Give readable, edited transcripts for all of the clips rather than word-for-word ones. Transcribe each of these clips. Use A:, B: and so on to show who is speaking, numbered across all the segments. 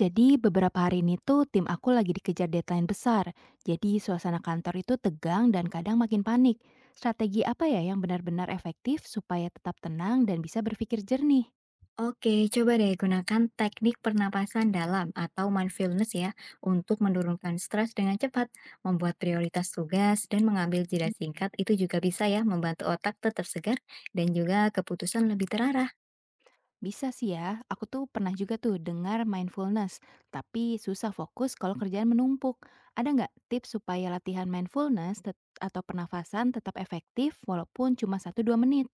A: Jadi beberapa hari ini tuh tim aku lagi dikejar deadline besar. Jadi suasana kantor itu tegang dan kadang makin panik. Strategi apa ya yang benar-benar efektif supaya tetap tenang dan bisa berpikir jernih?
B: Oke, coba deh gunakan teknik pernapasan dalam atau mindfulness ya untuk menurunkan stres dengan cepat, membuat prioritas tugas, dan mengambil jeda singkat itu juga bisa ya membantu otak tetap segar dan juga keputusan lebih terarah.
A: Bisa sih ya, aku tuh pernah juga tuh dengar mindfulness, tapi susah fokus kalau kerjaan menumpuk. Ada nggak tips supaya latihan mindfulness atau pernafasan tetap efektif walaupun cuma satu dua menit?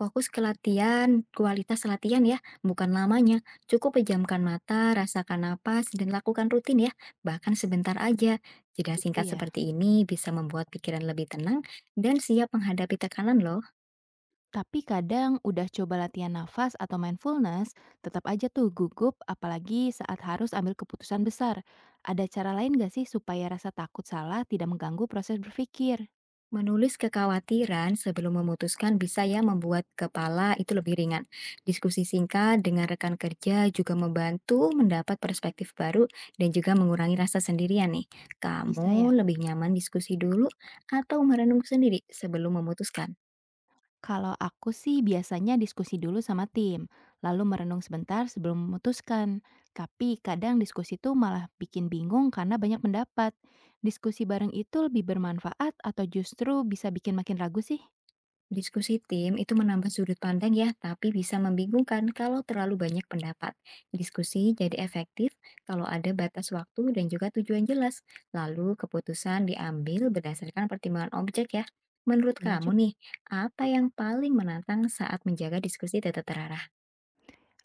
B: Fokus ke latihan, kualitas latihan ya, bukan lamanya. Cukup pejamkan mata, rasakan napas, dan lakukan rutin ya, bahkan sebentar aja. Jeda
A: Itu
B: singkat
A: ya.
B: seperti ini bisa membuat pikiran lebih tenang dan siap menghadapi tekanan loh.
A: Tapi kadang udah coba latihan nafas atau mindfulness, tetap aja tuh gugup apalagi saat harus ambil keputusan besar. Ada cara lain gak sih supaya rasa takut salah tidak mengganggu proses berpikir?
B: Menulis kekhawatiran sebelum memutuskan bisa ya membuat kepala itu lebih ringan. Diskusi singkat dengan rekan kerja juga membantu mendapat perspektif baru dan juga mengurangi rasa sendirian nih. Kamu
A: Bisa ya?
B: lebih nyaman diskusi dulu atau merenung sendiri sebelum memutuskan?
A: Kalau aku sih biasanya diskusi dulu sama tim, lalu merenung sebentar sebelum memutuskan. Tapi kadang diskusi tuh malah bikin bingung karena banyak pendapat. Diskusi bareng itu lebih bermanfaat atau justru bisa bikin makin ragu sih?
B: Diskusi tim itu menambah sudut pandang ya, tapi bisa membingungkan kalau terlalu banyak pendapat. Diskusi jadi efektif kalau ada batas waktu dan juga tujuan jelas. Lalu keputusan diambil berdasarkan pertimbangan objek ya. Menurut
A: Bener.
B: kamu nih, apa yang paling menantang saat menjaga diskusi tetap terarah?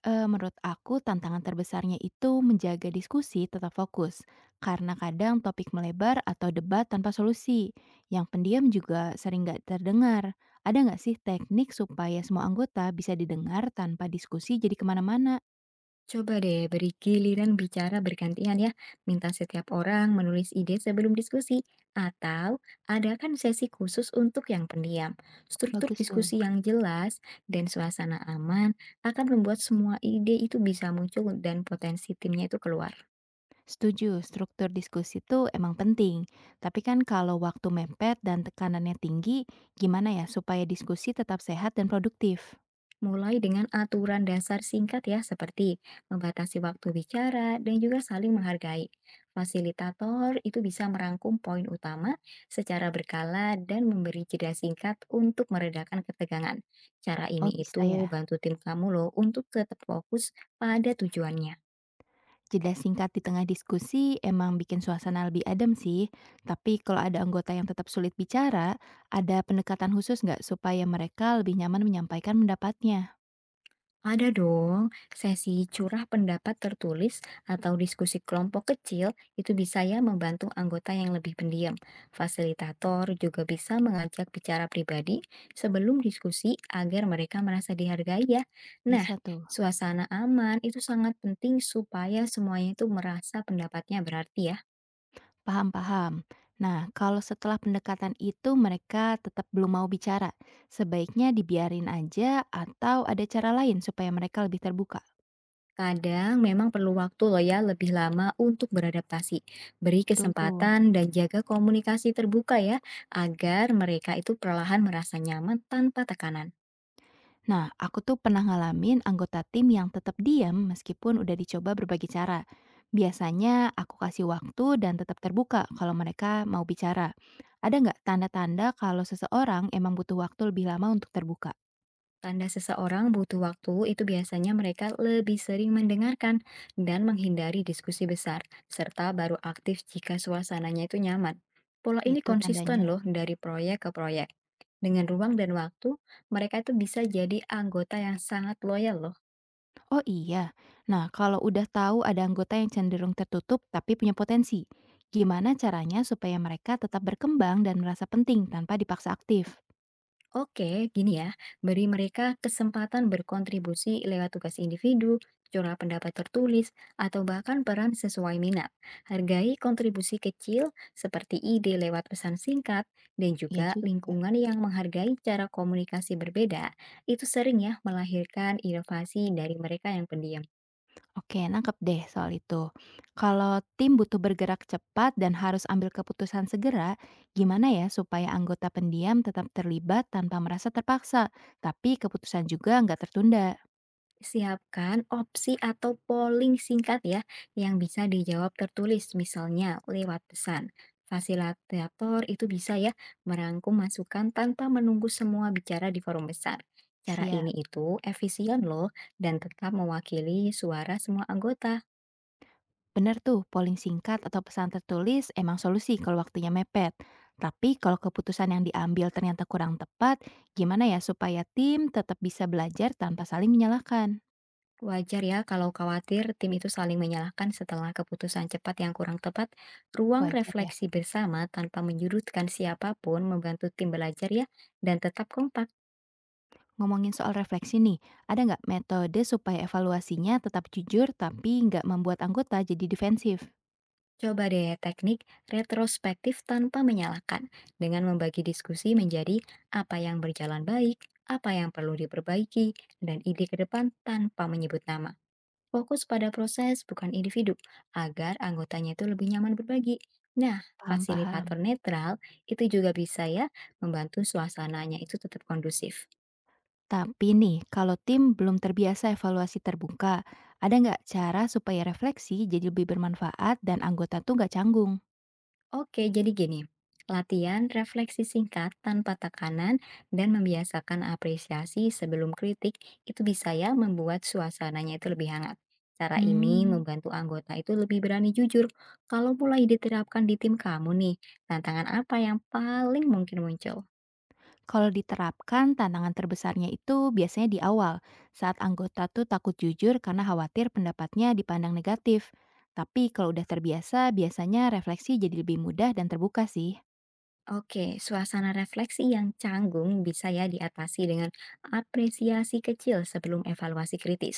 A: Menurut aku tantangan terbesarnya itu menjaga diskusi tetap fokus, karena kadang topik melebar atau debat tanpa solusi. Yang pendiam juga sering nggak terdengar. Ada nggak sih teknik supaya semua anggota bisa didengar tanpa diskusi jadi kemana-mana?
B: Coba deh beri giliran bicara bergantian ya, minta setiap orang menulis ide sebelum diskusi, atau adakan sesi khusus untuk yang pendiam. Struktur
A: Bagus tuh.
B: diskusi yang jelas dan suasana aman akan membuat semua ide itu bisa muncul dan potensi timnya itu keluar.
A: Setuju, struktur diskusi itu emang penting. Tapi kan kalau waktu mepet dan tekanannya tinggi, gimana ya supaya diskusi tetap sehat dan produktif?
B: Mulai dengan aturan dasar singkat ya, seperti membatasi waktu bicara dan juga saling menghargai. Fasilitator itu bisa merangkum poin utama secara berkala dan memberi jeda singkat untuk meredakan ketegangan. Cara
A: Oh
B: ini
A: bisa
B: itu
A: ya?
B: bantu tim kamu loh untuk tetap fokus pada tujuannya.
A: Jeda singkat di tengah diskusi emang bikin suasana lebih adem sih, tapi kalau ada anggota yang tetap sulit bicara, ada pendekatan khusus nggak supaya mereka lebih nyaman menyampaikan pendapatnya?
B: Ada dong, sesi curah pendapat tertulis atau diskusi kelompok kecil itu bisa ya membantu anggota yang lebih pendiam. Fasilitator juga bisa mengajak bicara pribadi sebelum diskusi agar mereka merasa dihargai ya. Nah,
A: Bisa tuh,
B: suasana aman itu sangat penting supaya semuanya itu merasa pendapatnya berarti ya.
A: paham-paham. Nah, kalau setelah pendekatan itu mereka tetap belum mau bicara, sebaiknya dibiarin aja atau ada cara lain supaya mereka lebih terbuka?
B: Kadang memang perlu waktu loh ya lebih lama untuk beradaptasi. Beri
A: Betul tuh.
B: kesempatan dan jaga komunikasi terbuka ya, agar mereka itu perlahan merasa nyaman tanpa tekanan.
A: Nah, aku tuh pernah ngalamin anggota tim yang tetap diam meskipun udah dicoba berbagai cara. Biasanya aku kasih waktu dan tetap terbuka kalau mereka mau bicara. Ada nggak tanda-tanda kalau seseorang emang butuh waktu lebih lama untuk terbuka?
B: Tanda seseorang butuh waktu itu biasanya mereka lebih sering mendengarkan dan menghindari diskusi besar, serta baru aktif jika suasananya itu nyaman. Pola ini
A: Itu
B: konsisten
A: tandanya.
B: loh dari proyek ke proyek. Dengan ruang dan waktu, mereka itu bisa jadi anggota yang sangat loyal loh.
A: Oh iya. Nah, kalau udah tahu ada anggota yang cenderung tertutup tapi punya potensi, gimana caranya supaya mereka tetap berkembang dan merasa penting tanpa dipaksa aktif?
B: Oke, gini ya, beri mereka kesempatan berkontribusi lewat tugas individu, jurnal pendapat tertulis, atau bahkan peran sesuai minat. Hargai kontribusi kecil seperti ide lewat pesan singkat dan
A: Iya
B: juga
A: juga.
B: lingkungan yang menghargai cara komunikasi berbeda. Itu sering ya melahirkan inovasi dari mereka yang pendiam.
A: Oke, nangkep deh soal itu. Kalau tim butuh bergerak cepat dan harus ambil keputusan segera, gimana ya supaya anggota pendiam tetap terlibat tanpa merasa terpaksa, tapi keputusan juga nggak tertunda?
B: Siapkan opsi atau polling singkat ya yang bisa dijawab tertulis misalnya lewat pesan. Fasilitator itu bisa ya merangkum masukan tanpa menunggu semua bicara di forum besar. Cara
A: Siap,
B: ini itu efisien loh dan tetap mewakili suara semua anggota.
A: bener tuh polling singkat atau pesan tertulis emang solusi kalau waktunya mepet. Tapi kalau keputusan yang diambil ternyata kurang tepat, gimana ya supaya tim tetap bisa belajar tanpa saling menyalahkan?
B: Wajar ya kalau khawatir tim itu saling menyalahkan setelah keputusan cepat yang kurang tepat. Ruang
A: Wajar ya.
B: refleksi bersama tanpa menyudutkan siapapun membantu tim belajar ya dan tetap kompak.
A: Ngomongin soal refleksi nih, ada nggak metode supaya evaluasinya tetap jujur tapi nggak membuat anggota jadi defensif?
B: Coba deh teknik retrospektif tanpa menyalahkan dengan membagi diskusi menjadi apa yang berjalan baik, apa yang perlu diperbaiki, dan ide ke depan tanpa menyebut nama. Fokus pada proses bukan individu agar anggotanya itu lebih nyaman berbagi. Nah,
A: Paham,
B: fasilitator
A: paham.
B: netral itu juga bisa ya membantu suasananya itu tetap kondusif.
A: Tapi nih, kalau tim belum terbiasa evaluasi terbuka, ada nggak cara supaya refleksi jadi lebih bermanfaat dan anggota tuh nggak canggung?
B: Oke, jadi gini, latihan refleksi singkat tanpa tekanan dan membiasakan apresiasi sebelum kritik itu bisa ya membuat suasananya itu lebih hangat. Cara ini
A: Hmm,
B: membantu anggota itu lebih berani jujur. Kalau mulai diterapkan di tim kamu nih, tantangan apa yang paling mungkin muncul?
A: Kalau diterapkan tantangan terbesarnya itu biasanya di awal, saat anggota tuh takut jujur karena khawatir pendapatnya dipandang negatif. Tapi kalau udah terbiasa, biasanya refleksi jadi lebih mudah dan terbuka sih.
B: Oke, suasana refleksi yang canggung bisa ya diatasi dengan apresiasi kecil sebelum evaluasi kritis.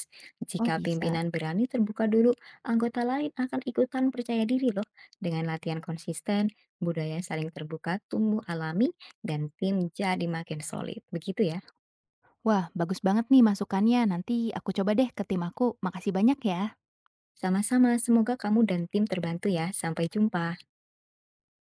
A: Oh
B: Jika
A: bisa.
B: pimpinan berani terbuka dulu, anggota lain akan ikutan percaya diri loh. Dengan latihan konsisten, budaya saling terbuka tumbuh alami dan tim jadi makin solid. Begitu ya.
A: Wah bagus banget nih masukannya, nanti aku coba deh ke tim aku. Makasih banyak ya.
B: Sama-sama, semoga kamu dan tim terbantu ya. Sampai jumpa.